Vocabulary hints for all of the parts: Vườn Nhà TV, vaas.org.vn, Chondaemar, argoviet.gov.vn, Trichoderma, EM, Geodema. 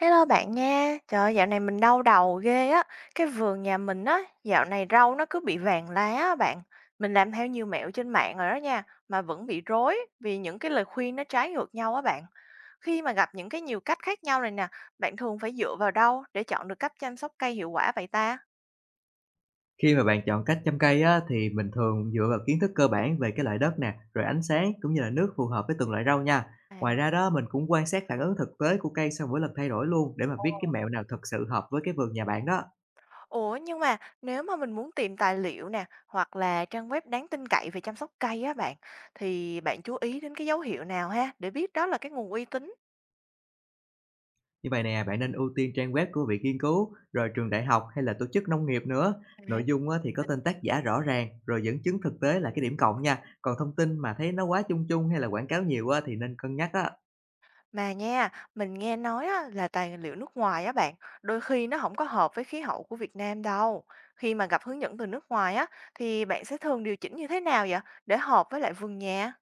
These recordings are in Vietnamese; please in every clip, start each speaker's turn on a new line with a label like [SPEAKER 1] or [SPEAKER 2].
[SPEAKER 1] Hello bạn nha. Trời ơi, dạo này mình đau đầu ghê á. Cái vườn nhà mình á, dạo này rau nó cứ bị vàng lá á bạn. Mình làm theo nhiều mẹo trên mạng rồi đó nha, mà vẫn bị rối vì những cái lời khuyên nó trái ngược nhau á bạn. Khi mà gặp những cái nhiều cách khác nhau này nè, bạn thường phải dựa vào đâu để chọn được cách chăm sóc cây hiệu quả vậy ta?
[SPEAKER 2] Khi mà bạn chọn cách chăm cây á, thì mình thường dựa vào kiến thức cơ bản về cái loại đất nè, rồi ánh sáng cũng như là nước phù hợp với từng loại rau nha.
[SPEAKER 1] À,
[SPEAKER 2] Ngoài ra đó, mình cũng quan sát phản ứng thực tế của cây sau mỗi lần thay đổi luôn, để mà
[SPEAKER 1] ồ.
[SPEAKER 2] biết cái mẹo nào thật sự hợp với cái vườn nhà bạn đó.
[SPEAKER 1] Ủa nhưng mà nếu mà mình muốn tìm tài liệu nè hoặc là trang web đáng tin cậy về chăm sóc cây á bạn thì bạn chú ý đến cái dấu hiệu nào ha để biết đó là cái nguồn uy tín?
[SPEAKER 2] Như vậy nè, bạn nên ưu tiên trang web của viện nghiên cứu, rồi trường đại học hay là tổ chức nông nghiệp nữa.
[SPEAKER 1] À.
[SPEAKER 2] Nội dung á, thì có tên tác giả rõ ràng, rồi dẫn chứng thực tế là cái điểm cộng nha. Còn thông tin mà thấy nó quá chung chung hay là quảng cáo nhiều á, thì nên cân nhắc á.
[SPEAKER 1] Mà nha, mình nghe nói á, là tài liệu nước ngoài á bạn, đôi khi nó không có hợp với khí hậu của Việt Nam đâu. Khi mà gặp hướng dẫn từ nước ngoài á, thì bạn sẽ thường điều chỉnh như thế nào vậy để hợp với lại vườn nhà?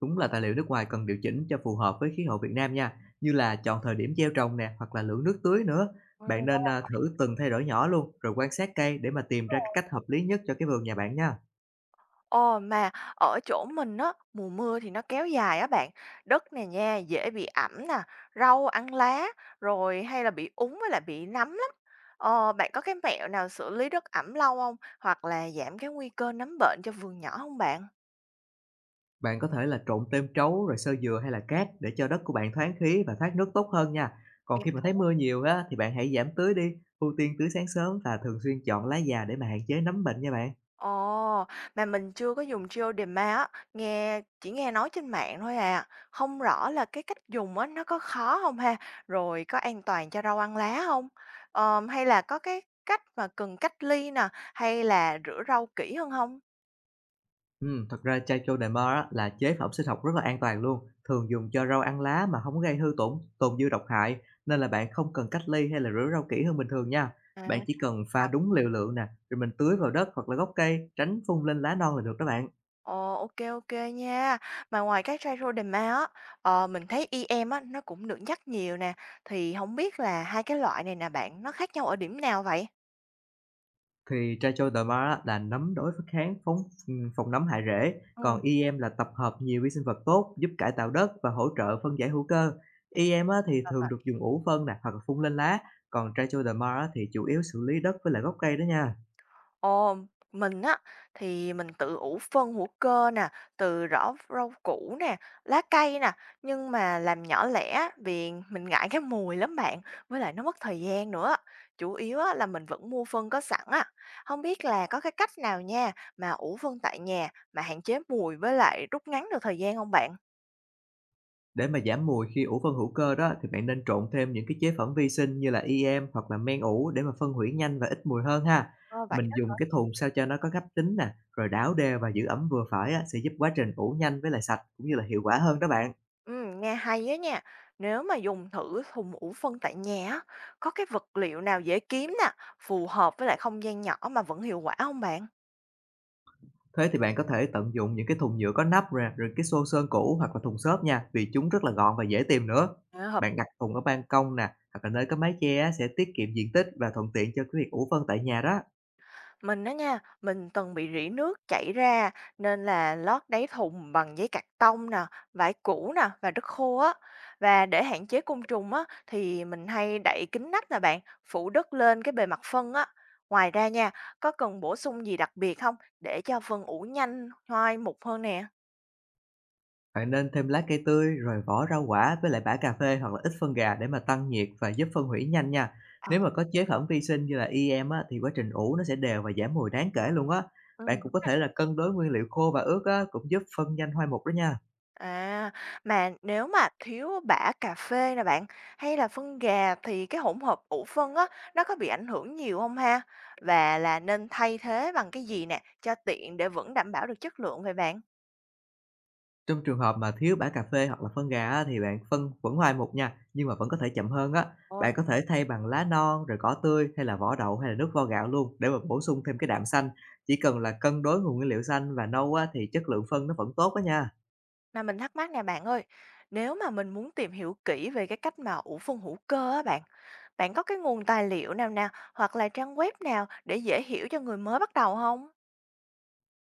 [SPEAKER 2] Đúng là tài liệu nước ngoài cần điều chỉnh cho phù hợp với khí hậu Việt Nam nha, như là chọn thời điểm gieo trồng nè, hoặc là lượng nước tưới nữa.
[SPEAKER 1] Ừ,
[SPEAKER 2] Bạn
[SPEAKER 1] đúng
[SPEAKER 2] nên, thử từng thay đổi nhỏ luôn, rồi quan sát cây để mà tìm ra cái
[SPEAKER 1] rồi.
[SPEAKER 2] cách hợp lý nhất cho cái vườn nhà bạn nha.
[SPEAKER 1] Ồ mà ở chỗ mình á, mùa mưa thì nó kéo dài á bạn. Đất này nha, dễ bị ẩm nè, rau ăn lá, rồi hay là bị úng với lại bị nấm lắm. Ờ, bạn có cái mẹo nào xử lý đất ẩm lâu không? Hoặc là giảm cái nguy cơ nấm bệnh cho vườn nhỏ không bạn?
[SPEAKER 2] Bạn có thể là trộn tôm trấu, rồi xơ dừa hay là cát, để cho đất của bạn thoáng khí và thoát nước tốt hơn nha. Còn khi mà thấy mưa nhiều á, thì bạn hãy giảm tưới đi, ưu tiên tưới sáng sớm và thường xuyên chọn lá già để mà hạn chế nấm bệnh nha bạn.
[SPEAKER 1] Ồ, mà mình chưa có dùng Geodema á, nghe chỉ nghe nói trên mạng thôi à, không rõ là cái cách dùng á nó có khó không ha? Rồi có an toàn cho rau ăn lá không? Hay là có cái cách mà cần cách ly nè, hay là rửa rau kỹ hơn không?
[SPEAKER 2] Thật ra, chai Chondaemar á, là chế phẩm sinh học rất là an toàn luôn, thường dùng cho rau ăn lá mà không có gây hư tổn, tồn dư độc hại, nên là bạn không cần cách ly hay là rửa rau kỹ hơn bình thường nha.
[SPEAKER 1] À.
[SPEAKER 2] Bạn chỉ cần pha
[SPEAKER 1] Tập.
[SPEAKER 2] đúng liều lượng nè, rồi mình tưới vào đất hoặc là gốc cây, tránh phun lên lá non là được đó bạn.
[SPEAKER 1] Ồ, ok kê, nha. Mà ngoài cái Gerodema á, ờ, mình thấy IEM á nó cũng được nhắc nhiều nè, thì không biết là hai cái loại này nè bạn, nó khác nhau ở điểm nào vậy?
[SPEAKER 2] Thì Trichoderma á là nấm đối với kháng phóng phòng nấm hại rễ, còn
[SPEAKER 1] Ừm,
[SPEAKER 2] i EM là tập hợp nhiều vi sinh vật tốt, giúp cải tạo đất và hỗ trợ phân giải hữu cơ.
[SPEAKER 1] à.
[SPEAKER 2] I EM á thì
[SPEAKER 1] Là
[SPEAKER 2] thường được
[SPEAKER 1] vậy.
[SPEAKER 2] dùng ủ phân nè, hoặc là phun lên lá, còn Trichoderma á thì chủ yếu xử lý đất với lại gốc cây đó nha.
[SPEAKER 1] Ồ, mình á thì mình tự ủ phân hữu cơ nè, từ rau rau củ nè, lá cây nè, nhưng mà làm nhỏ lẻ vì mình ngại cái mùi lắm bạn, với lại nó mất thời gian nữa. Chủ yếu á là mình vẫn mua phân có sẵn á. Không biết là có cái cách nào nha mà ủ phân tại nhà mà hạn chế mùi với lại rút ngắn được thời gian không bạn?
[SPEAKER 2] Để mà giảm mùi khi ủ phân hữu cơ đó, thì bạn nên trộn thêm những cái chế phẩm vi sinh như là i EM hoặc là men ủ, để mà phân hủy nhanh và ít mùi hơn ha.
[SPEAKER 1] Ờ, vậy.
[SPEAKER 2] Mình dùng cái thùng sao cho nó có gấp tính nè, rồi đảo đều và giữ ẩm vừa phải á, sẽ giúp quá trình ủ nhanh với lại sạch cũng như là hiệu quả hơn đó bạn.
[SPEAKER 1] Nghe hay á nha. Nếu mà dùng thử thùng ủ phân tại nhà á, có cái vật liệu nào dễ kiếm nè, phù hợp với lại không gian nhỏ mà vẫn hiệu quả không bạn?
[SPEAKER 2] Thế thì bạn có thể tận dụng những cái thùng nhựa có nắp nè, rồi cái xô sơn cũ hoặc là thùng xốp nha, vì chúng rất là gọn và dễ tìm nữa.
[SPEAKER 1] À, hợp.
[SPEAKER 2] Bạn đặt thùng ở ban công nè, hoặc là nơi có mái che á, sẽ tiết kiệm diện tích và thuận tiện cho cái việc ủ phân tại nhà đó.
[SPEAKER 1] Mình đó nha, mình từng bị rỉ nước chảy ra nên là lót đáy thùng bằng giấy cạc tông nè, vải cũ nè và đất khô á. Và để hạn chế côn trùng á thì mình hay đậy kín nắp nè bạn, phủ đất lên cái bề mặt phân á. Ngoài ra nha, có cần bổ sung gì đặc biệt không để cho phân ủ nhanh, hoai mục hơn nè?
[SPEAKER 2] Bạn nên thêm lá cây tươi, rồi vỏ rau quả với lại bã cà phê hoặc là ít phân gà, để mà tăng nhiệt và giúp phân hủy nhanh nha. Nếu mà có chế phẩm vi sinh như là i EM á, thì quá trình ủ nó sẽ đều và giảm mùi đáng kể luôn á. Bạn cũng
[SPEAKER 1] Ừm,
[SPEAKER 2] có thể là cân đối nguyên liệu khô và ướt á, cũng giúp phân nhanh hoai mục đó nha.
[SPEAKER 1] à, mà nếu mà thiếu bã cà phê nè bạn, hay là phân gà thì cái hỗn hợp ủ phân á, nó có bị ảnh hưởng nhiều không ha? Và là nên thay thế bằng cái gì nè, cho tiện để vẫn đảm bảo được chất lượng vậy bạn?
[SPEAKER 2] Trong trường hợp mà thiếu bã cà phê hoặc là phân gà á, thì bạn phân vẫn hoài một nha, nhưng mà vẫn có thể chậm hơn á.
[SPEAKER 1] Ồ.
[SPEAKER 2] Bạn có thể thay bằng lá non, rồi cỏ tươi hay là vỏ đậu hay là nước vo gạo luôn, để mà bổ sung thêm cái đạm xanh. Chỉ cần là cân đối nguồn nguyên liệu xanh và nâu á, thì chất lượng phân nó vẫn tốt đó nha.
[SPEAKER 1] Mà mình thắc mắc nè bạn ơi, nếu mà mình muốn tìm hiểu kỹ về cái cách mà ủ phân hữu cơ á bạn, bạn có cái nguồn tài liệu nào nào hoặc là trang web nào để dễ hiểu cho người mới bắt đầu không?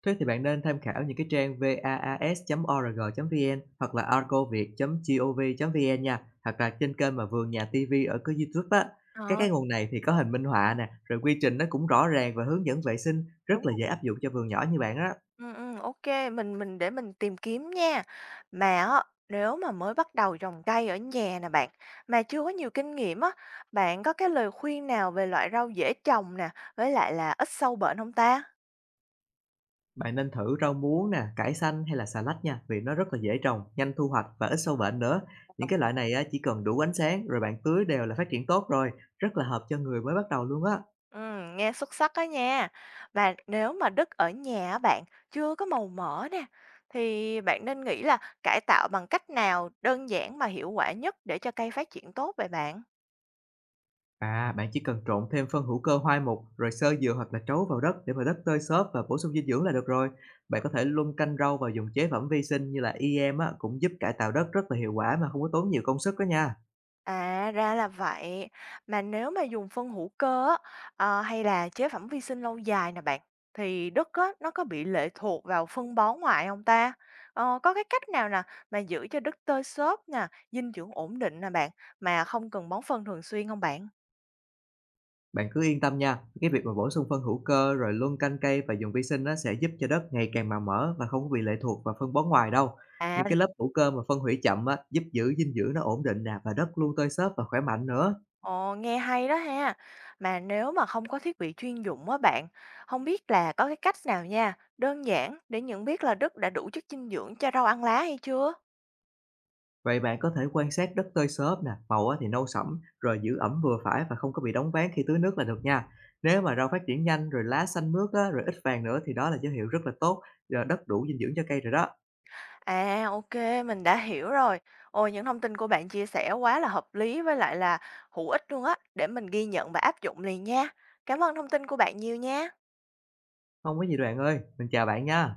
[SPEAKER 2] Thế thì bạn nên tham khảo những cái trang vaas.org.vn hoặc là argoviet.gov.vn nha, hoặc là trên kênh mà Vườn Nhà TV ở cái YouTube á. Các
[SPEAKER 1] Ờ.
[SPEAKER 2] cái nguồn này thì có hình minh họa nè, rồi quy trình nó cũng rõ ràng và hướng dẫn vệ sinh, rất là dễ áp dụng cho vườn nhỏ như bạn á.
[SPEAKER 1] Ô, mình để mình tìm kiếm nha. Mà á, nếu mà mới bắt đầu trồng cây ở nhà nè bạn, mà chưa có nhiều kinh nghiệm á, bạn có cái lời khuyên nào về loại rau dễ trồng nè, với lại là ít sâu bệnh không ta?
[SPEAKER 2] Bạn nên thử rau muống nè, cải xanh hay là xà lách nha, vì nó rất là dễ trồng, nhanh thu hoạch và ít sâu bệnh nữa. Những cái loại này á, chỉ cần đủ ánh sáng rồi bạn tưới đều là phát triển tốt rồi, rất là hợp cho người mới bắt đầu luôn á.
[SPEAKER 1] Nghe xuất sắc đó nha. Và nếu mà đất ở nhà á bạn chưa có màu mỡ nè, thì bạn nên nghĩ là cải tạo bằng cách nào đơn giản mà hiệu quả nhất để cho cây phát triển tốt vậy bạn?
[SPEAKER 2] À, bạn chỉ cần trộn thêm phân hữu cơ hoai mục, rồi xơ dừa hoặc là trấu vào đất, để mà đất tơi xốp và bổ sung dinh dưỡng là được rồi. Bạn có thể luân canh rau và dùng chế phẩm vi sinh như là i EM á, cũng giúp cải tạo đất rất là hiệu quả mà không có tốn nhiều công sức đó nha.
[SPEAKER 1] À, ra là vậy. Mà nếu mà dùng phân hữu cơ á, ờ, hay là chế phẩm vi sinh lâu dài nè bạn, thì đất á, nó có bị lệ thuộc vào phân bón ngoại không ta? Ờ, có cái cách nào nè mà giữ cho đất tơi xốp nè, dinh dưỡng ổn định nè bạn, mà không cần bón phân thường xuyên không bạn?
[SPEAKER 2] Bạn cứ yên tâm nha, cái việc mà bổ sung phân hữu cơ, rồi luân canh cây và dùng vi sinh á, sẽ giúp cho đất ngày càng màu mỡ và không có bị lệ thuộc vào phân bón ngoài đâu.
[SPEAKER 1] À.
[SPEAKER 2] Những cái lớp hữu cơ mà phân hủy chậm á, giúp giữ dinh dưỡng nó ổn định nè, và đất luôn tơi xốp và khỏe mạnh nữa.
[SPEAKER 1] Ồ, nghe hay đó ha. Mà nếu mà không có thiết bị chuyên dụng á bạn, không biết là có cái cách nào nha, đơn giản để nhận biết là đất đã đủ chất dinh dưỡng cho rau ăn lá hay chưa?
[SPEAKER 2] Vậy bạn có thể quan sát đất tơi xốp nè, màu á thì nâu sẫm, rồi giữ ẩm vừa phải và không có bị đóng váng khi tưới nước là được nha. Nếu mà rau phát triển nhanh, rồi lá xanh mướt á, rồi ít vàng nữa, thì đó là dấu hiệu rất là tốt, rồi đất đủ dinh dưỡng cho cây rồi đó.
[SPEAKER 1] À, ok, mình đã hiểu rồi. Ôi, những thông tin của bạn chia sẻ quá là hợp lý với lại là hữu ích luôn á, để mình ghi nhận và áp dụng liền nha. Cảm ơn thông tin của bạn nhiều nha.
[SPEAKER 2] Không có gì đâu bạn ơi, mình chào bạn nha.